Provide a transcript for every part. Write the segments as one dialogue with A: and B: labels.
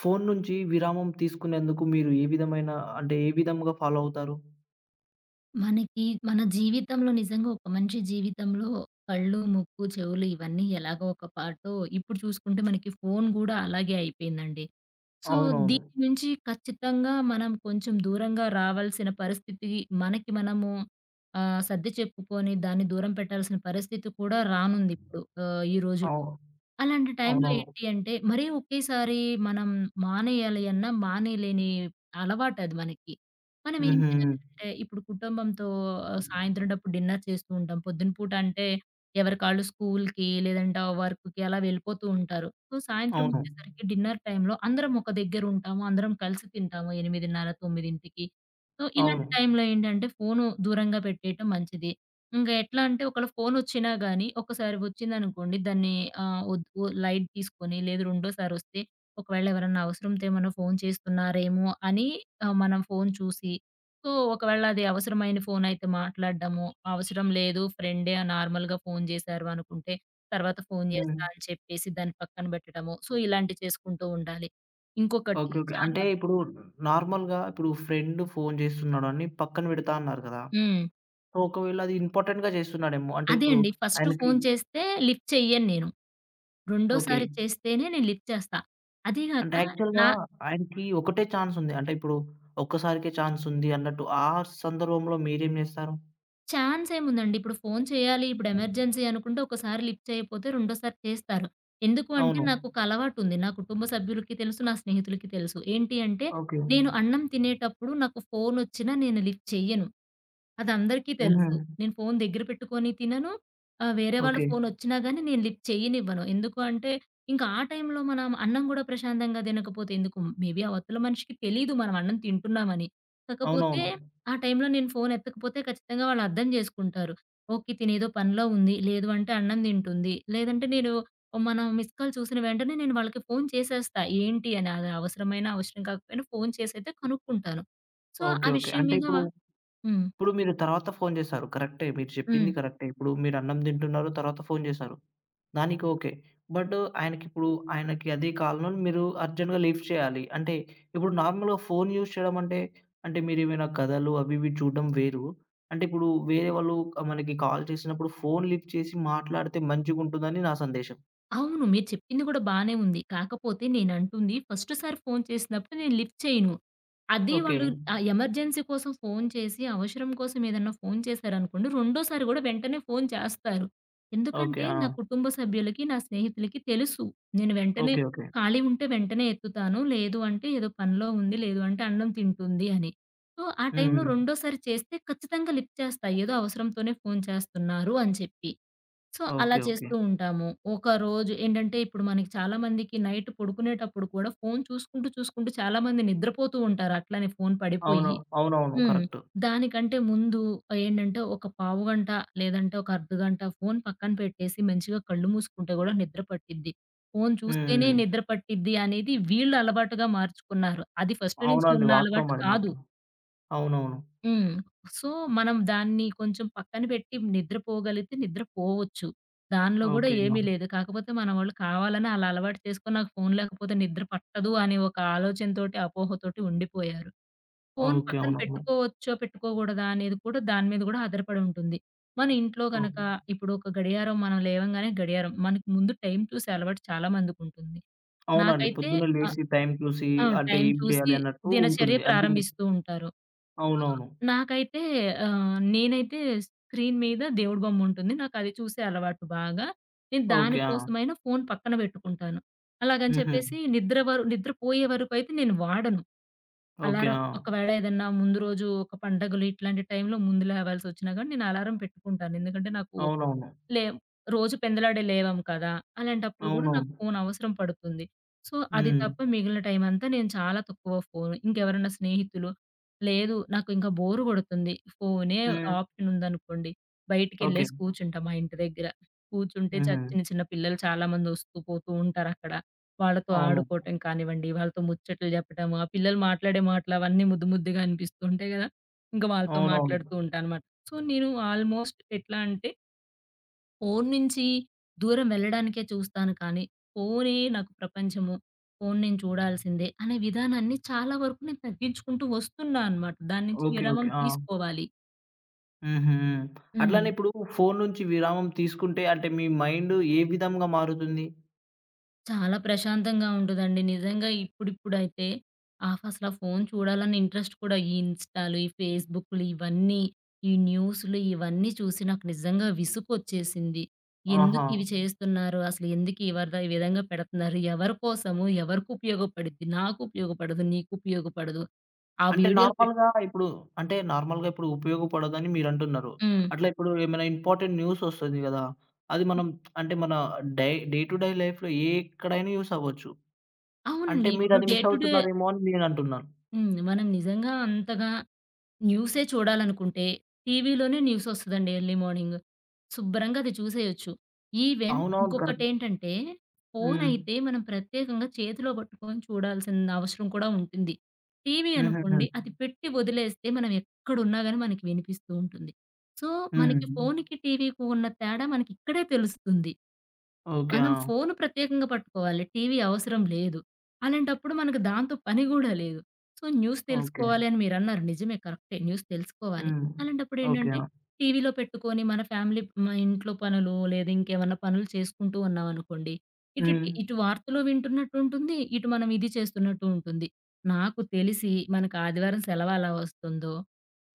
A: Phone నుంచి విరామం తీసుకునేందుకు మీరు ఏ విధమైన అంటే ఏ విధంగా ఫాలో అవుతారు?
B: మనకి మన జీవితంలో నిజంగా ఒక మనిషి జీవితంలో కళ్ళు, ముక్కు, చెవులు ఇవన్నీ ఎలాగో ఒక పాటో ఇప్పుడు చూసుకుంటే మనకి ఫోను గూడా అలాగే అయిపోయిందండి. సో,
A: అవునవును.
B: దీని నుంచి ఖచ్చితంగా మనం కొంచెం దూరంగా రావాల్సిన పరిస్థితి మనకి మనము సర్ది చెప్పుకొని దాన్ని దూరం పెట్టాల్సిన పరిస్థితి కూడా రానుందిప్పుడు ఈ రోజుల్లో.
A: అవు
B: అలాంటి టైంలో
A: అవునవును.
B: ఏంటి అంటే, మరీ ఒకేసారి మనం మానేయాలి అన్నా మానేయలేని అలవాటది మనకి. మనం ఏం
A: హుహు.
B: చేయాలంటే, ఇప్పుడు కుటుంబంతో సాయంత్రం టప్పుడు డిన్నర్ చేస్తూ ఉంటాం. పొద్దున పూట అంటే ఎవరి కాళ్ళు స్కూల్‌కి లేదంటే వర్క్‌కి అలా వెళ్ళిపోతూ ఉంటారు. సో, సాయంత్రం
A: అవును.
B: వచ్చేసరికి డిన్నర్ టైంలో అందరం ఒక దగ్గర ఉంటాము. అందరం కలిసి తింటాము 8:30, 9కి. సో,
A: అవును.
B: ఇలాంటి టైంలో ఏంటంటే, ఫోను దూరంగా పెట్టేయటం మంచిది. ఇంక ఎట్లా అంటే ఒకవేళ ఫోనొచ్చినా గాని, ఒక్కసారి వచ్చిందనుకోండి దాన్ని ఆహ్, ఒద్ ఒ లైట్ తీసుకొని, లేదు రెండోసారొస్తే ఒకవేళ ఎవరన్నా అవసరంతో ఏమన్నా ఫోను చేస్తున్నారేమో అని మనం ఫోను చూసి, సో, ఒకవేళ అది అవసరమైన ఫోనయితే మాట్లాడడము, అవసరం లేదు ఫ్రెండే నార్మల్‌గా ఫోను జేశారు అనుకుంటే, తర్వాత ఫోను
A: హ్మ్.
B: జేస్తా అని చెప్పేసి దాన్ని పక్కన బెట్టడము. సో, ఇలాంటివి చేసుకుంటూ ఉండాలి. ఇంకొకటి
A: ఓకే. ఓకే.
B: చాలా
A: అంటే ఇప్పుడు నార్మల్‌గా ఇప్పుడు ఫ్రెండ్ ఫోను చేస్తున్నాడని పక్కన పెడతా అన్నారు కదా!
B: హ్మ్.
A: సో, ఒకవేళ అది ఇంపార్టెంట్‌గా చేస్తున్నాడేమో. అంటే
B: అదే
A: ఇప్పుడు
B: అండి. ఫస్ట్
A: ఆయనకి
B: ఫోను చేస్తే లిఫ్ట్ చెయ్యను నేను.
A: ఓకే.
B: రెండోసారి చేస్తేనే నేనిచ్చేస్తా. అదీ గాక
A: అంటే
B: నా
A: యాక్చువల్‌గా ఆయనకి ఒకటే ఛాన్స్ ఉంది. అంటే ఇప్పుడు ఒక్కసారికే ఛాన్స్ ఉంది అన్నట్టు ఆ సందర్భంలో మీరేం చేస్తారు?
B: ఛాన్స్ ఏముందండి. ఇప్పుడు ఫోను చేయాలి, ఇప్పుడు ఎమర్జెన్సీ అనుకుంటే ఒకసారి లిఫ్ట్ చేయకపోతే రెండోసారి చేస్తారు. ఎందుకు అంటే
A: అవును.
B: నాకొక అలవాటుంది. నా కుటుంబ సభ్యులకి తెలుసు, నా స్నేహితులకి తెలుసు. ఏంటి అంటే
A: ఓకే.
B: నేను అన్నం తినేటప్పుడు నాకు ఫోనొచ్చినా నేను లిఫ్ట్ చెయ్యను. అదందరికీ
A: హుహు.
B: తెలుసు. నేను ఫోను దగ్గర పెట్టుకొని తినను. వేరే వాళ్ళ
A: ఓకే.
B: ఫోనొచ్చినా గానీ నేను లిఫ్ట్ చెయ్యనివ్వను. ఎందుకు అంటే ఇంకా ఆ టైంలో మనం అన్నం గూడా ప్రశాంతంగా తినకపోతే ఎందుకు? మేబీ అవతల మనిషికి తెలీదు మనం అన్నం తింటున్నామని. కాకపోతే
A: అవునవును.
B: ఆ టైంలో నేను ఫోన్ ఎత్తకపోతే ఖచ్చితంగా వాళ్ళు అర్థం చేసుకుంటారు. ఓకే. తినేదో పనిలో ఉంది. లేదు అంటే అన్నం తింటుంది. లేదంటే నేను మనం మిస్డ్ కాల్ చూసిన వెంటనే నేను వాళ్ళకి ఫోన్ చేసేస్తా. ఏంటి అని అది అవసరమైనా, అవసరం కాకపోయినా ఫోన్ చేసైతే కనుక్కుంటాను. So,
A: okay.
B: ఆ
A: ఓకే.
B: విషయం
A: అంటే
B: మీద
A: ఇప్పుడు,
B: హ్మ్.
A: ఇప్పుడు మీరు తర్వాత ఫోను జేశారు. కరెక్టే. మీరు
B: హ్మ్.
A: చెప్పింది కరెక్టే. ఇప్పుడు మీరు అన్నం తింటున్నారు. తర్వాత ఫోను జేశారు. దానికి ఓకే. బట్ ఆయనకిప్పుడు ఆయనకి అదే కాలంలో మీరు అర్జెంట్‌గా లిఫ్ట్ చేయాలి. అంటే ఇప్పుడు నార్మల్‌గా ఫోను యూజ్ చేయడం అంటే మీరేమైనా కథలు అవి ఇవి చూడడం వేరు. అంటే ఇప్పుడు వేరే వాళ్ళు మనకి కాల్ చేసినప్పుడు ఫోను లిఫ్ట్ చేసి మాట్లాడితే మంచిగుంటుందని నా సందేశం.
B: అవును. మీరు చెప్పింది గూడా బానే ఉంది. కాకపోతే నేనంటుంది ఫస్ట్ సారి ఫోను చేసినప్పుడు నేను లిఫ్ట్ చేయను. అది
A: ఓకే.
B: వాళ్ళు ఎమర్జెన్సీ కోసం ఫోను చేసి, అవసరం కోసం ఏదన్నా ఫోను చేశారనుకోండి, రెండోసారి గూడా వెంటనే ఫోను చేస్తారు.
A: ఓకే.
B: ఎందుకంటే
A: ఆ!
B: నా కుటుంబ సభ్యులకి, నా స్నేహితులకి తెలుసు. నేను వెంటనే
A: ఓకే. ఓకే.
B: ఖాళీ ఉంటే వెంటనే ఎత్తుతాను. లేదు అంటే ఏదో పనిలో ఉంది. లేదు అంటే అన్నం తింటుంది అని. సో, ఆ టైంలో
A: హ్మ్.
B: రెండోసారి చేస్తే ఖచ్చితంగా లిఫ్ట్ చేస్తా. ఏదో అవసరంతోనే ఫోను చేస్తున్నారు అని చెప్పి. సో, అలా
A: ఓకే. ఓకే.
B: చేస్తూ ఉంటాము. ఒక రోజు ఏంటంటే ఇప్పుడు మనకి చాలామందికి నైట్ పడుకునేటప్పుడు కూడా ఫోను చూసుకుంటూ, చూసుకుంటూ చాలామంది నిద్రపోతూ ఉంటారు అట్లనే ఫోను
A: అవును.
B: పడిపోయి.
A: అవునవును.
B: హ్మ్.
A: కరెక్టు.
B: దానికంటే ముందు ఏంటంటే ఒక పావుగంట లేదంటే ఒక అర్ధగంట ఫోను పక్కన పెట్టేసి మంచిగా కళ్ళు మూసుకుంటే గూడా నిద్ర పట్టిద్ది. ఫోను చూస్తేనే
A: హ్మ్.
B: నిద్ర పట్టిద్ది అనేది వీళ్ళు అలవాటుగా మార్చుకున్నారు. అది ఫస్ట్ నుంచి
A: అవునండి.
B: ఉన్న
A: వాస్తవం
B: అలవాటు
A: అది
B: కాదు.
A: మాత్రం. అవునవును.
B: హ్మ్. సో, మనం దాన్ని కొంచెం పక్కన పెట్టి నిద్రపోగలిగితే నిద్రపోవచ్చు. దానిలో గూడా
A: ఓకే.
B: ఏమీ
A: అవును.
B: లేదు. కాకపోతే మన వాళ్ళు కావాలని అలా అలవాటు చేసుకొని నాకు ఫోను లేకపోతే నిద్ర పట్టదు అనే ఒక ఆలోచనతోటి, అపోహతోటి ఉండిపోయారు. Phone
A: okay.
B: పక్కన
A: అవునవును.
B: పెట్టుకోవచ్చో, పెట్టుకోకూడదా అనేది కూడా దాని మీద గూడా ఆధారపడి ఉంటుంది. మన ఇంట్లో గనక
A: ఓకే.
B: ఇప్పుడు ఒక గడియారం మనం లేవంగానే గడియారం మనకు ముందు టైం చూసే అలవాటు చాలా మందికుంటుంది.
A: అవునండి.
B: నాకైతే
A: పొద్దున్నే
B: ఆహ్,
A: లేసి టైం చూసి
B: ఆ!
A: అంటే
B: టైం
A: ఏం
B: చూసి
A: చేయాలి అన్నట్టు
B: దినచర్య
A: ఉంటుంది. అది మీ
B: ప్రారంభిస్తూ ఉంటారు. ఆ!
A: అవునవును.
B: నాకైతే నేనైతే స్క్రీన్ మీద దేవుడి బొమ్ముంటుంది. నాకది చూసే అలవాటు బాగా. నేను
A: ఓకే. ఆ!
B: దానికోసమైనా ఫోను పక్కన బెట్టుకుంటాను. అలాగని
A: హుహు.
B: చెప్పేసి నిద్రపోయే వరకైతే నేను వాడను.
A: ఓకే.
B: అలారం
A: ఆ!
B: ఒకవేళ ఏదన్నా ముందు రోజు ఒక పండగలు ఇట్లాంటి టైంలో ముందు లేవాల్సొచ్చినా గానీ నేను అలారం పెట్టుకుంటాను. ఎందుకంటే నాకు
A: అవునవును.
B: లేవు. రోజు పెందలాడే లేవం కదా! అలాంటప్పుడు గూడా నాకు
A: అవునవును.
B: ఫోను అవసరం పడుతుంది. సో, అది
A: హ్మ్.
B: తప్ప మిగిలిన టైమంతా నేను చాలా తక్కువ ఫోను. ఇంకెవరన్నా స్నేహితులు, లేదు నాకు ఇంకా బోరు గొడుతుంది. ఫోనే
A: హ్మ్.
B: ఆప్షన్ ఉందనుకోండి.
A: ఓకే.
B: బయటికెళ్ళేసి కూర్చుంటా మా ఇంటి దగ్గర. కూర్చుంటే
A: హుహు.
B: చిన్న చిన్న పిల్లలు చాలామంది ఒస్తూ పోతూ ఉంటారక్కడ. వాళ్ళతో
A: అవును.
B: ఆడుకోవటం కానివ్వండి, వాళ్ళతో ముచ్చట్లు జెప్పటం, ఆ పిల్లలు మాట్లాడే మాటలు అవన్నీ ముద్దు ముద్దుగా అనిపిస్తూ ఉంటాయి గదా! ఇంక వాళ్ళతో
A: అవునవును.
B: మాట్లాడుతూ ఉంటానమాట. సో, నేను ఆల్‌మోస్ట్ ఎట్లా అంటే ఫోను నుంచి దూరం వెళ్ళడానికే చూస్తాను కానీ, ఫోనే నాకు ప్రపంచము. ఫోను నేను చూడాల్సిందే అనే విధానాన్ని చాలా వరకు నేను తగ్గించుకుంటూ వస్తున్నా అనమాట. దాని నుంచి
A: ఓకే.
B: విరామం
A: ఓకే. ఆ!
B: తీసుకోవాలి.
A: హుహు. హ్మ్.
B: హ్మ్.
A: అట్లానే ఇప్పుడు ఫోను నుంచి విరామం తీసుకుంటే అంటే మీ మైండ్ ఏ విధంగా మారుతుంది?
B: చాలా ప్రశాంతంగా ఉంటదండి. నిజంగా ఇప్పుడిప్పుడైతే అసల ఫోను చూడాలన్న ఇంట్రెస్ట్ కూడా ఈ ఇన్‌స్టాలు, ఈ ఫేస్‌బుక్‌లు ఇవన్నీ, ఈ న్యూస్‌లు ఇవన్నీ చూసి నాకు నిజంగా విసుగొచ్చేసింది.
A: ఆహా!
B: ఎందుకు ఇవి చేస్తున్నారు? అసలు ఎందుకు ఈ వరద ఈ విధంగా పెడుతున్నారు? ఎవరి కోసము? ఎవరికి ఉపయోగపడిద్ది? నాకు ఉపయోగపడదు. నీకు ఉపయోగపడదు. ఆ
A: అంటే
B: వీడియోలు పెట్
A: నార్మల్‌గా ఇప్పుడు అంటే నార్మల్‌గా ఇప్పుడు ఉపయోగపడదని మీరంటున్నారు.
B: హ్మ్.
A: అట్లా ఇప్పుడు ఏమైనా ఇంపార్టెంట్ న్యూస్ ఒస్తది గదా! అది మనం అంటే మన డే టు డే లైఫ్‌లో ఎక్కడైనా యూజ్ అవ్వచ్చు. అంటే
B: అవునండి. ఇప్పుడు
A: మీరది
B: డే
A: మిస్
B: టు డే
A: అవుతున్నారేమో అని నేనంటున్నాను.
B: హ్మ్. మనం నిజంగా అంతగా న్యూసే చూడాలనుకుంటే టీవీలోనే న్యూసొస్తదండి ఎర్లీ మార్నింగ్. శుభ్రంగా అది చూసేయొచ్చు. ఈవెన్
A: అవునవును. కరెక్ట్.
B: ఇంకొకటేంటంటే
A: హ్మ్.
B: ఫోనయితే మనం ప్రత్యేకంగా చేతిలో పట్టుకొని చూడాల్సిన అవసరం కూడా ఉంటుంది. టీవీ
A: హుహుహు.
B: అనుకోండి అది పెట్టి వదిలేస్తే మనం ఎక్కడున్నా గాని మనకి వినిపిస్తూ ఉంటుంది. సో, మనకి
A: హ్మ్.
B: ఫోనుకి, టీవీకి ఉన్న తేడా మనకిక్కడే తెలుస్తుంది.
A: ఓకే.
B: మనం
A: ఆ!
B: ఫోను ప్రత్యేకంగా పట్టుకోవాలి. టీవీ అవసరం లేదు. అలాంటప్పుడు మనకు దాంతో పని గూడా లేదు. So, news
A: okay.
B: తెలుసుకోవాలి అని మీరన్నారు. నిజమే కరెక్టే. న్యూస్ తెలుసుకోవాలి.
A: హ్మ్. ఓకే.
B: అలాంటప్పుడేంటంటే
A: ఆ!
B: టీవీలో పెట్టుకొని మన ఫ్యామిలీ మా ఇంట్లో పనులు లేదా ఇంకేమన్నా పనులు చేసుకుంటూ ఉన్నామనుకోండి.
A: హ్మ్.
B: ఇటు వార్తలు వింటున్నట్టు ఉంటుంది. ఇటు మనం ఇది చేస్తున్నట్టు ఉంటుంది. నాకు తెలిసి మనకు ఆదివారం సెలవు ఎలా వస్తుందో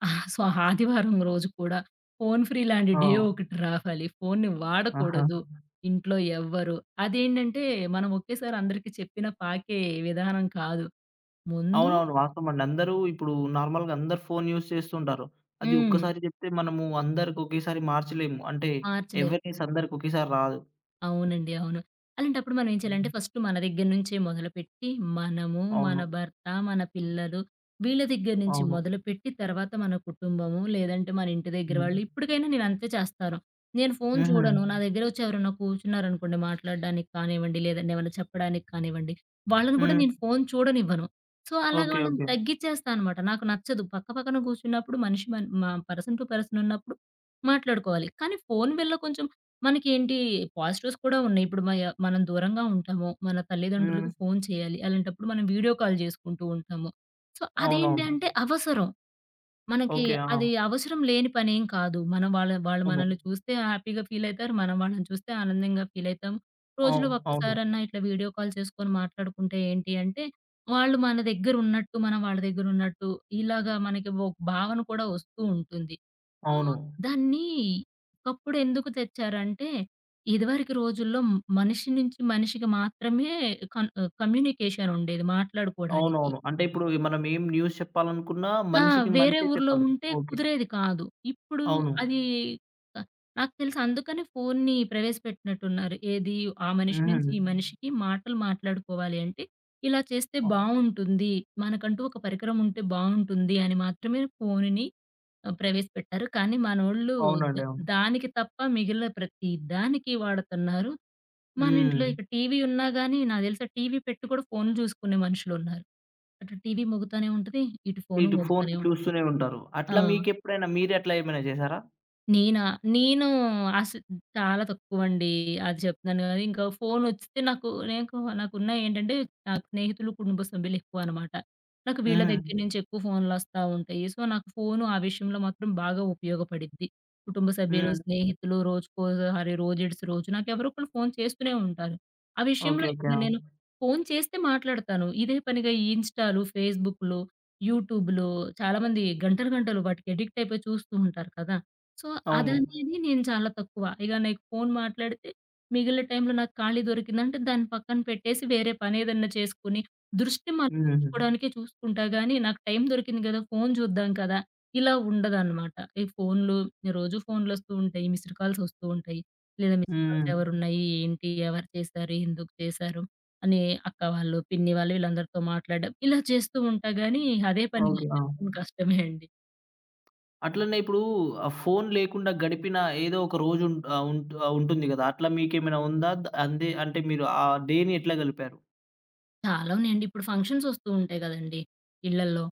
B: ఆ! సో, ఆదివారం రోజు కూడా ఫోను ఫ్రీ లాంటి
A: ఆ!
B: డే ఒకటి రావాలి. ఫోనుని
A: ఆహా!
B: వాడకూడదు. ఇంట్లో ఎవ్వరు. అదేంటంటే మనం ఒకేసారి అందరికి చెప్పిన పాకే విధానం కాదు. ముందు
A: అవునవును. వాస్తవం అండి. అందరూ ఇప్పుడు నార్మల్‌గా అందరూ ఫోను యూజ్ చేస్తుంటారు. అది
B: హ్మ్.
A: ఒక్కసారి చెప్తే మనము అందరికి ఒకేసారి మార్చలేము. అంటే
B: మార్చలేము.
A: అవేర్‌నెస్ అందరికి ఒకేసారి రాదు.
B: అవునండి. అవును. అలాంటప్పుడు మనం ఏం చేయాలంటే
A: హ్మ్.
B: ఫస్ట్ మన దగ్గర నుంచే మొదలుపెట్టి, మనము, మన
A: అవును.
B: భర్త, మన పిల్లలు వీళ్ళ దగ్గర నుంచి
A: అవును.
B: మొదలుపెట్టి తర్వాత మన కుటుంబము, లేదంటే మన ఇంటి దగ్గర
A: హ్మ్.
B: వాళ్ళు ఇప్పటికైనా నేను అంతే చేస్తాను. నేను ఫోను
A: హుహు.
B: చూడను. నా దగ్గర వచ్చి ఎవరైనా కూర్చున్నారనుకోండి మాట్లాడడానికి కానివ్వండి, లేదంటే ఏమైనా చెప్పడానికి కానివ్వండి, వాళ్ళని కూడా
A: హ్మ్.
B: నేను ఫోను చూడనివ్వను. సో, అలాగ
A: ఓకే.
B: వాళ్ళని
A: ఓకే.
B: తగ్గిచ్చేస్తా అనమాట. నాకు నచ్చదు. పక్క పక్కన కూర్చున్నప్పుడు మనిషి మన్ మా పర్సన్ టు పర్సన్ ఉన్నప్పుడు మాట్లాడుకోవాలి. కానీ ఫోను వల్ల కొంచెం మనకేంటి పాజిటివ్స్ కూడా ఉన్నాయి. ఇప్పుడు మనం దూరంగా ఉంటాము. మన
A: హ్మ్.
B: తల్లిదండ్రులకు ఫోను చేయాలి. అలాంటప్పుడు మనం వీడియో కాల్ జేసుకుంటూ ఉంటాము. సో,
A: అవునవును.
B: అదేంటంటే అవసరం. మనకి
A: ఓకే. ఆ!
B: అది అవసరం లేని పనేం కాదు. మనం వాళ్ళు మనల్ని
A: అవును.
B: చూస్తే హ్యాపీగా ఫీలయితారు. మనం వాళ్ళని చూస్తే ఆనందంగా ఫీలయితాం. రోజులో
A: అవును. అవును.
B: ఒక్కసారన్నా ఇట్లా వీడియో కాల్ చేసుకొని మాట్లాడుకుంటే ఏంటి అంటే, వాళ్ళు మన దగ్గరున్నట్టు, మనం వాళ్ళ దగ్గరున్నట్టు ఇలాగా మనకి ఒక భావన కూడా వస్తూ ఉంటుంది. సో,
A: అవును.
B: దాన్ని ఒకప్పుడు ఎందుకు తెచ్చారంటే, ఇదివరకు రోజుల్లో మనిషి నుంచి మనిషికి మాత్రమే కమ్యూనికేషన్ ఉండేది మాట్లాడుకోడానికి.
A: అవునవును. అంటే ఇప్పుడు మనం ఏం న్యూస్ చెప్పాలనుకున్నా
B: ఆ!
A: మనిషికి
B: వేరే
A: మనిషే
B: ఊర్లో
A: చెప్పాలి.
B: ఉంటే
A: ఓకే.
B: కుదిరేది కాదు. ఇప్పుడు
A: అవును.
B: అది ఆహ్, నాకు తెలిసి అందుకనే ఫోన్ని ప్రవేశపెట్టినట్టున్నారు. ఏది ఆ మనిషి నుంచి
A: హుహు.
B: ఈ మనిషికి మాటలు మాట్లాడుకోవాలి అంటే, ఇలా చేస్తే
A: అ
B: బావుంటుంది. మనకంటూ ఒక పరికరం ఉంటే బావుంటుంది అని మాత్రమే ఫోనుని ప్రవేశపెట్టారు. కానీ మనోళ్ళు ద
A: అవునండి. అవును.
B: దానికి తప్ప మిగిలిన ప్రతి దానికి వాడుతున్నారు. మన ఇంట్లో
A: హ్మ్.
B: ఇక టీవీ ఉన్నా గానీ నాకు తెలిసి ఆ టీవీ పెట్టి కూడా ఫోన్‌లు చూసుకునే మనుషులున్నారు. అటు టీవీ మోగుతానే ఉంటది. ఇటు ఫోను
A: ఇటు ఫోన్
B: మోగుతానే ఉంటది.
A: చూస్తూనే ఉంటారు.
B: ఆ!
A: అట్లా మీకెప్పుడైనా మీరట్లా ఏమైనా చేశారా?
B: నేనా? నేను అసలు చాలా తక్కువండి. అది చెప్తున్నాను కదా! ఇంకా ఫోనొచ్చితే నాకు నాకు నాకున్నయేంటంటే నాకు స్నేహితులు, కుటుంబ సభ్యులు ఎక్కువనమాట. నాకు వీళ్ళ
A: హ్మ్.
B: దగ్గర నుంచి ఎక్కువ ఫోన్‌లొస్తా ఉంటాయి. సో, నాకు ఫోను ఆ విషయంలో మాత్రం బాగా ఉపయోగపడిద్ది. కుటుంబ సభ్యులు,
A: హ్మ్.
B: స్నేహితులు రోజుకోసారి, రోజిడిసి రోజు నాకెవరో ఒకళ్ళు ఫోను చేస్తూనే ఉంటారు. ఆ
A: ఓకే.
B: విషయంలో
A: ఓకే.
B: ఇప్పుడు
A: ఆ!
B: నేను ఫోను చేస్తే మాట్లాడతాను. ఇదే పనిగా ఈ ఇన్‌స్టాలు, ఫేస్‌బుక్‌లు, యూట్యూబ్‌లు చాలామంది గంటలు గంటలు వాటికి అడిక్ట్ అయిపోయి చూస్తూ ఉంటారు కదా! సో,
A: అవును.
B: అదనేది నేను చాలా తక్కువ. ఇగ నీకు ఫోను మాట్లాడితే మిగిలిన టైంలో నాకు ఖాళీ దొరికిందంటే దాన్ని పక్కన పెట్టేసి వేరే పనేదన్నా చేసుకొని, దృష్టి
A: హ్మ్.
B: మళ్లించుకోవడానికే చూసుకుంటా గానీ, నాకు టైం దొరికింది గదా! ఫోను చూద్దాం కదా! ఇలా ఉండదనమాట. ఈ ఫోనులు రోజు ఫోనులొస్తూ ఉంటాయి. మిస్డ్ కాల్స్ ఒస్తూ ఉంటాయి. లేదా మిస్డ్ కాల్స్
A: హ్మ్.
B: ఎవరున్నాయి? ఏంటి? ఎవరు చేశారు? ఎందుకు చేశారు? అని అక్క వాళ్ళు, పిన్ని వాళ్ళు వీళ్ళందరితో మాట్లాడడం ఇలా చేస్తూ ఉంటా గానీ, అదే పనిగా
A: ఓకే.
B: అయితే
A: ఆ!
B: ఫోను కష్టమే అండి.
A: అట్లనే ఇప్పుడు ఆ ఫోన్ లేకుండా గడిపిన ఏదో ఒక రోజు ఉం ఆహ్, ఉంట్ ఆహ్, ఉంటుంది గదా! అట్లా మీకేమైనా ఉందా? ద అందే అంటే మీరు ఆ డేని ఎట్లా గలిపారు?
B: చాలా ఉన్నాయండి. ఇప్పుడు ఫంక్షన్స్ వస్తూ ఉంటాయి గదండీ! ఇళ్ళల్లో.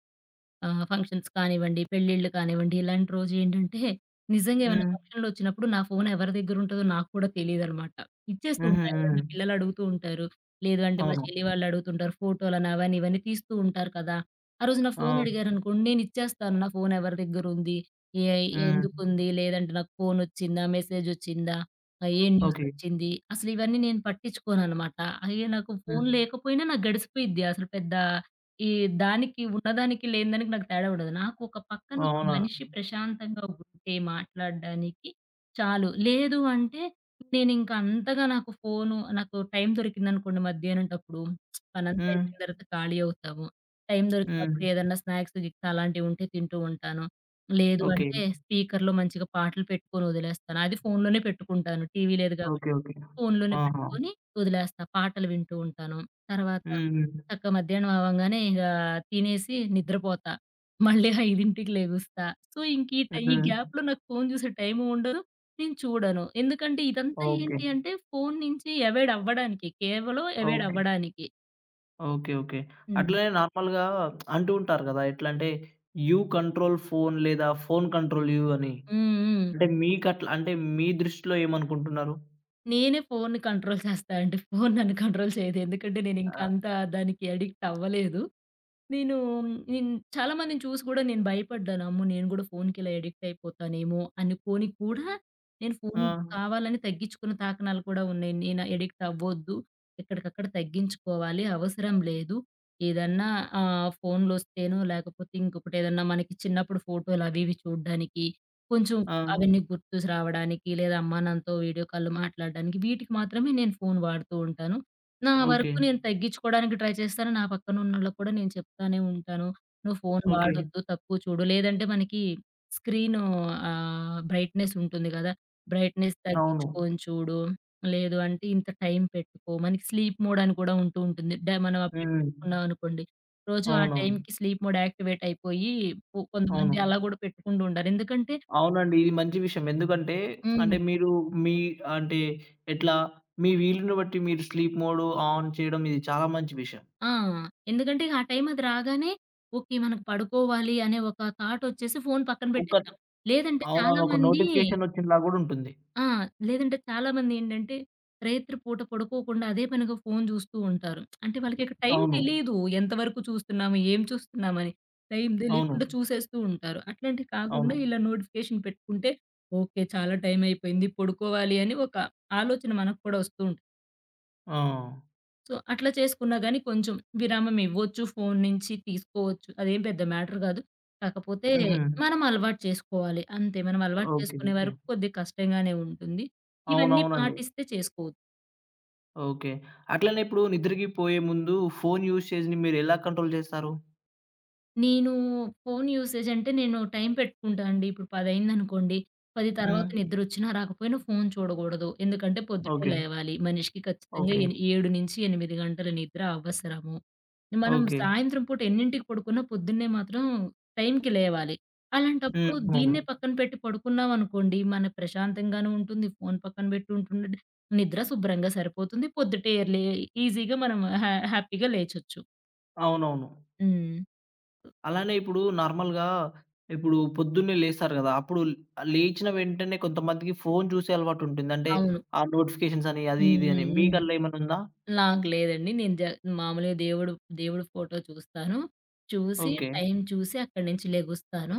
B: ఫంక్షన్స్ కానివ్వండి, పెళ్ళిళ్ళు కానివ్వండి, ఇలాంటి రోజు ఏంటంటే నిజంగా ఏమైనా
A: హ్మ్.
B: ఫంక్షన్‌లొచ్చినప్పుడు నా ఫోన్ ఎవరి దగ్గర ఉంటదో నాకు కూడా తెలీదనమాట. ఇచ్చేస్తూ
A: హుహు.
B: ఉంటా. ఎవరైనా
A: హ్మ్.
B: పిల్లలు అడుగుతూ ఉంటారు. లేదు అంటే మా
A: అవును.
B: చెల్లి వాళ్ళు అడుగుతుంటారు. ఫోటోలని అవని ఇవని తీస్తూ ఉంటారు కదా! ఆ రోజు నా ఫోన్
A: ఆ!
B: అడిగారనుకోండి నేను ఇచ్చేస్తాను. నా ఫోన్ ఎవరి దగ్గర ఉంది? ఏ
A: హ్మ్.
B: ఎందుకుంది? లేదంటే నాకు ఫోన్ వచ్చిందా? మెసేజ్ వచ్చిందా? ఏ న్యూస్
A: ఓకే.
B: వచ్చింది? అసలు ఇవన్నీ నేను పట్టించుకోననమాట. అయ్యో! నాకు ఫోన్
A: హ్మ్.
B: లేకపోయినా నాకు గడిసిపోయిద్ది. అసలు పెద్ద ఈ దానికి ఉన్నదానికి లేని దానికి నాకు తేడా ఉండదు. నాకు ఒక పక్కన ఒక
A: అవునా?
B: మనిషి ప్రశాంతంగా ఉంటే మాట్లాడడానికి చాలు. లేదు అంటే నేనింక అంతగా నాకు ఫోను నాకు టైం దొరికిందనుకోండి మధ్యాహ్నంటప్పుడు పనంతా
A: హ్మ్.
B: అయిపోయిన తర్వాత ఖాళీ అవుతాము. టైం
A: హ్మ్.
B: దొరికినప్పుడు ఏదన్నా స్నాక్స్ గిక్స్ అలాంటివి ఉంటే తింటూ ఉంటాను. లేదు
A: ఓకే.
B: అంటే స్పీకర్‌లో మంచిగా పాటలు పెట్టుకొని వదిలేస్తాను. అది ఫోనులోనే పెట్టుకుంటాను. టీవీ లేదు కాబట్టి
A: ఓకే. ఓకే.
B: ఫోన్‌లోనే
A: ఆహా!
B: పెట్టుకొని వదిలేస్తా. పాటలు వింటూ ఉంటాను. తర్వాత
A: హ్మ్. హ్మ్.
B: చక్క మధ్యాహ్నం అవ్వంగానే ఇగ తినేసి నిద్రపోతా. మళ్ళీ 5కి లెగుస్తా. సో, ఇంక ఈ
A: హ్మ్.
B: గ్యాప్‌లో నాకు ఫోను చూసే టైము ఉండదు. నేను చూడను. ఎందుకంటే ఇదంతా
A: ఓకే.
B: ఏంటి అంటే ఫోను నుంచి అవాయిడ్ అవ్వడానికి. కేవలం అవాయిడ్
A: ఓకే.
B: అవ్వడానికి.
A: ఓకే. ఓకే.
B: హ్మ్.
A: అట్లనే నార్మల్‌గా అంటూ ఉంటారు గదా! ఎట్లంటే యూ కంట్రోల్ ఫోన్ లేదా ఫోన్ కంట్రోల్ యూ అని.
B: హ్మ్. హ్మ్.
A: అంటే మీకట్లా అంటే మీ దృష్టిలో ఏమనుకుంటున్నారు?
B: నేనే ఫోనుని కంట్రోల్ చేస్తా అండి. ఫోను నన్ను కంట్రోల్ చేయదు. ఎందుకంటే
A: ఆ!
B: నేనింక అంత దానికి అడిక్ట్ అవ్వలేదు. నేను నేను చాలా మందిని చూసి కూడా నేను భయపడ్డాను. అమ్మో! నేను కూడా ఫోన్‌కి ఇలా అడిక్ట్ అయిపోతానేమో అనుకోని కూడా నేను ఫోన్
A: ఆ!
B: కావాలని తగ్గించుకున్న తాకనాలు కూడా ఉన్నాయి. నేను అడిక్ట్ అవ్వొద్దు. ఎక్కడికక్కడ తగ్గించుకోవాలి. అవసరం లేదు. ఏదన్నా ఫోన్‌లొస్తేనో లేకపోతే ఇంకొకటి ఏదన్నా మనకి చిన్నప్పుడు ఫోటోలు అవి ఇవి చూడ్డానికి, కొంచెం
A: ఆ!
B: అవన్నీ గుర్తు రావడానికి లేదా అమ్మానాన్నతో వీడియో కాల్‌లో మాట్లాడడానికి వీటికి మాత్రమే నేను ఫోన్ వాడుతూ ఉంటాను. నా హ్మ్.
A: ఓకే.
B: వరకు నేను తగ్గించుకోవడానికి ట్రై చేస్తాను. నా పక్కనున్నోళ్ళకి కూడా నేను చెప్తానే ఉంటాను. "నువ్వు ఫోను హ్మ్.
A: ఓకే.
B: వాడొద్దు, తక్కువ చూడు." లేదంటే మనకి స్క్రీను బ్రైట్‌నెస్ ఉంటుంది కదా! బ్రైట్‌నెస్ హ్మ్.
A: అవును.
B: తగ్గించుకొని చూడు. లేదు అంటే ఇంత టైం పెట్టుకో. మనకి స్లీప్ మోడ్ అని కూడా ఉంటూ ఉంటుంది. మనం అప్డేట్
A: హ్మ్.
B: పెట్టుకున్నాం అనుకోండి. రోజు ఆ హ్మ్.
A: అవునవును.
B: టైంకి స్లీప్ మోడ్ యాక్టివేట్ అయిపోయి,
A: అవును.
B: కొంతమంది అలా కూడా పెట్టుకుంటూ ఉంటారు. ఎందుకంటే
A: అవునండి. ఇది మంచి విషయం. ఎందుకంటే
B: హ్మ్.
A: అంటే మీరు మీ అంటే ఎట్లా మీ వీలుని బట్టి మీరు స్లీప్ మోడ్ ఆన్ చేయడం ఇది చాలా మంచి విషయం.
B: ఆ! ఎందుకంటే ఆ టైం అది రాగానే ఓకే. మనకు పడుకోవాలి అనే ఒక థాట్ వచ్చేసి ఫోను పక్కన
A: ఒక
B: పెట్టేస్తాం. లేదంటే
A: అవునవును. ఒక
B: చాలామంది
A: నోటిఫికేషన్ వచ్చినలా గూడా ఉంటుంది.
B: ఆ! లేదంటే చాలామంది ఏంటంటే రేత్రి పూట పడుకోకుండా అదే పనిగా ఫోను చూస్తూ ఉంటారు. అంటే వాళ్ళకి ఇక టైం
A: అవును.
B: తెలీదు. ఎంతవరకు చూస్తున్నాము? ఏం చూస్తున్నామని? టైం
A: అవును.
B: తెలీకుండా చూసేస్తూ ఉంటారు. అట్లాంటివి కాకుండా
A: అవును.
B: ఇలా నోటిఫికేషన్ పెట్టుకుంటే ఓకే. చాలా టైం అయిపోయింది. పడుకోవాలి అని ఒక ఆలోచన మనకు కూడా వస్తూ ఉంటుంది.
A: ఆ!
B: సో, అట్లా చేసుకున్నా గాని కొంచెం విరామం ఇవ్వచ్చు. ఫోను నుంచి తీసుకోవచ్చు. అదేం పెద్ద మ్యాటర్ గాదు. కాకపోతే హ్మ్.
A: హుహు.
B: మనం అలవాటు చేసుకోవాలి. అంతే. మనం అలవాటు
A: ఓకే.
B: చేసుకునే
A: ఓకే.
B: వరకు కొద్దిగా కష్టంగానే ఉంటుంది. ఇవన్నీ
A: అవునవునండి.
B: పాటిస్తే చేసుకోవచ్చు.
A: ఓకే. అట్లనే ఇప్పుడు నిద్రకి పోయే ముందు ఫోను యూసేజ్‌ని మీరెలా కంట్రోల్ చేస్తారు?
B: నేను ఫోను యూసేజ్ అంటే నేను టైం పెట్టుకుంటా అండి. ఇప్పుడు 10 అయిందనుకోండి, 10 తర్వాత
A: హ్మ్.
B: నిద్రొచ్చినా రాకపోయినా ఫోను చూడగూడదు. ఎందుకంటే పొద్దుటే
A: ఓకే.
B: లేవాలి. మనిషికి ఖచ్చితంగా
A: ఓకే.
B: 7-8 గంటల నిద్ర అవసరము. మనం
A: ఓకే.
B: సాయంత్రం పూట ఎన్నింటికి పడుకున్నా పొద్దున్నే మాత్రం టైంకి లేవాలి. అలాంటప్పుడు
A: హ్మ్. అవును.
B: దీన్నే పక్కన పెట్టి పడుకున్నామనుకోండి, మన ప్రశాంతంగాను ఉంటుంది. ఫోను పక్కన పెట్టి ఉంటుండండి. నిద్ర శుభ్రంగా సరిపోతుంది. పొద్దుటే ఎర్లీ ఈజీగా మనం హ్యాపీగా లేచొచ్చు.
A: అవునవును.
B: హ్మ్.
A: అలానే ఇప్పుడు నార్మల్‌గా ఇప్పుడు పొద్దున్నే లేస్తారు గదా! అప్పుడు లేచిన వెంటనే కొంతమందికి ఫోను చూసే అలవాటుంటుంది. అంటే
B: అవును.
A: ఆ నోటిఫికేషన్స్ అని అది
B: హ్మ్.
A: ఇది అని.
B: హ్మ్. హ్మ్.
A: మీకల్లా ఏమన్నుందా?
B: నాకు లేదండి. నేను జ మామూలుగా దేవుడు, దేవుడు ఫోటో చూస్తాను. చూసి
A: ఓకే.
B: టైం చూసి అక్కడి నుంచి లెగుస్తాను.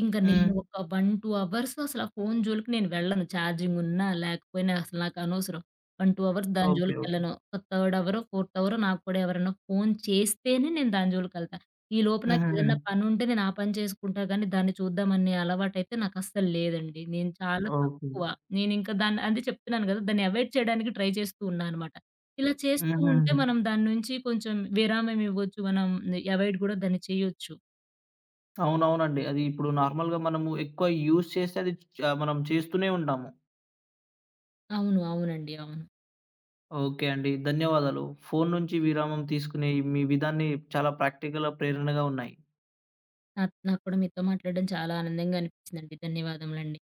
B: ఇంక
A: హ్మ్.
B: నేను ఒక 1, 2 అవర్స్ అసల ఫోను జోలికి నేను వెళ్ళను. ఛార్జింగ్ ఉన్నా లేకపోయినా అసలు నాకనవసరం. 1, 2 అవర్స్ దాని
A: ఓకే. ఓకే.
B: జోలికెళ్ళను. ఒక థర్డ్ అవరో, ఫోర్త్ అవరో నాకు కూడా ఎవరైనా ఫోను చేస్తేనే నేను దాని జోలికెళ్తా. ఈలోపు
A: హుహుహు.
B: నాకేదన్నా పనుంటే నేను ఆ పని చేసుకుంటా గానీ దాన్ని చూద్దామనే అలవాటైతే నాకస్సలు లేదండి. నేను చాలా
A: ఓకే.
B: తక్కువ. నేనింక దాన్ని అదే చెప్తున్నాను గదా! దాన్ని అవాయిడ్ చేయడానికి ట్రై చేస్తూ ఉన్నా అనమాట. ఇలా చేస్తూ
A: హుహు.
B: ఉంటే మనం దాని నుంచి కొంచెం విరామం ఇవ్వచ్చు. మనం అవాయిడ్ గూడా దాన్ని చేయొచ్చు.
A: అవునవునండి. అది ఇప్పుడు నార్మల్‌గా మనము ఎక్కువ యూజ్ చేస్తే అది మనం చేస్తూనే ఉంటాము.
B: అవును. అవునండి. అవును.
A: ఓకే అండి. ధన్యవాదాలు. ఫోను నుంచి విరామం తీసుకునే మీ విధాన్ని చాలా ప్రాక్టికల్‌గా ప్రేరణగా ఉన్నాయి.
B: నాకు కూడా మీతో మాట్లాడడం చాలా ఆనందంగా అనిపించిందండి. ధన్యవాదములండి.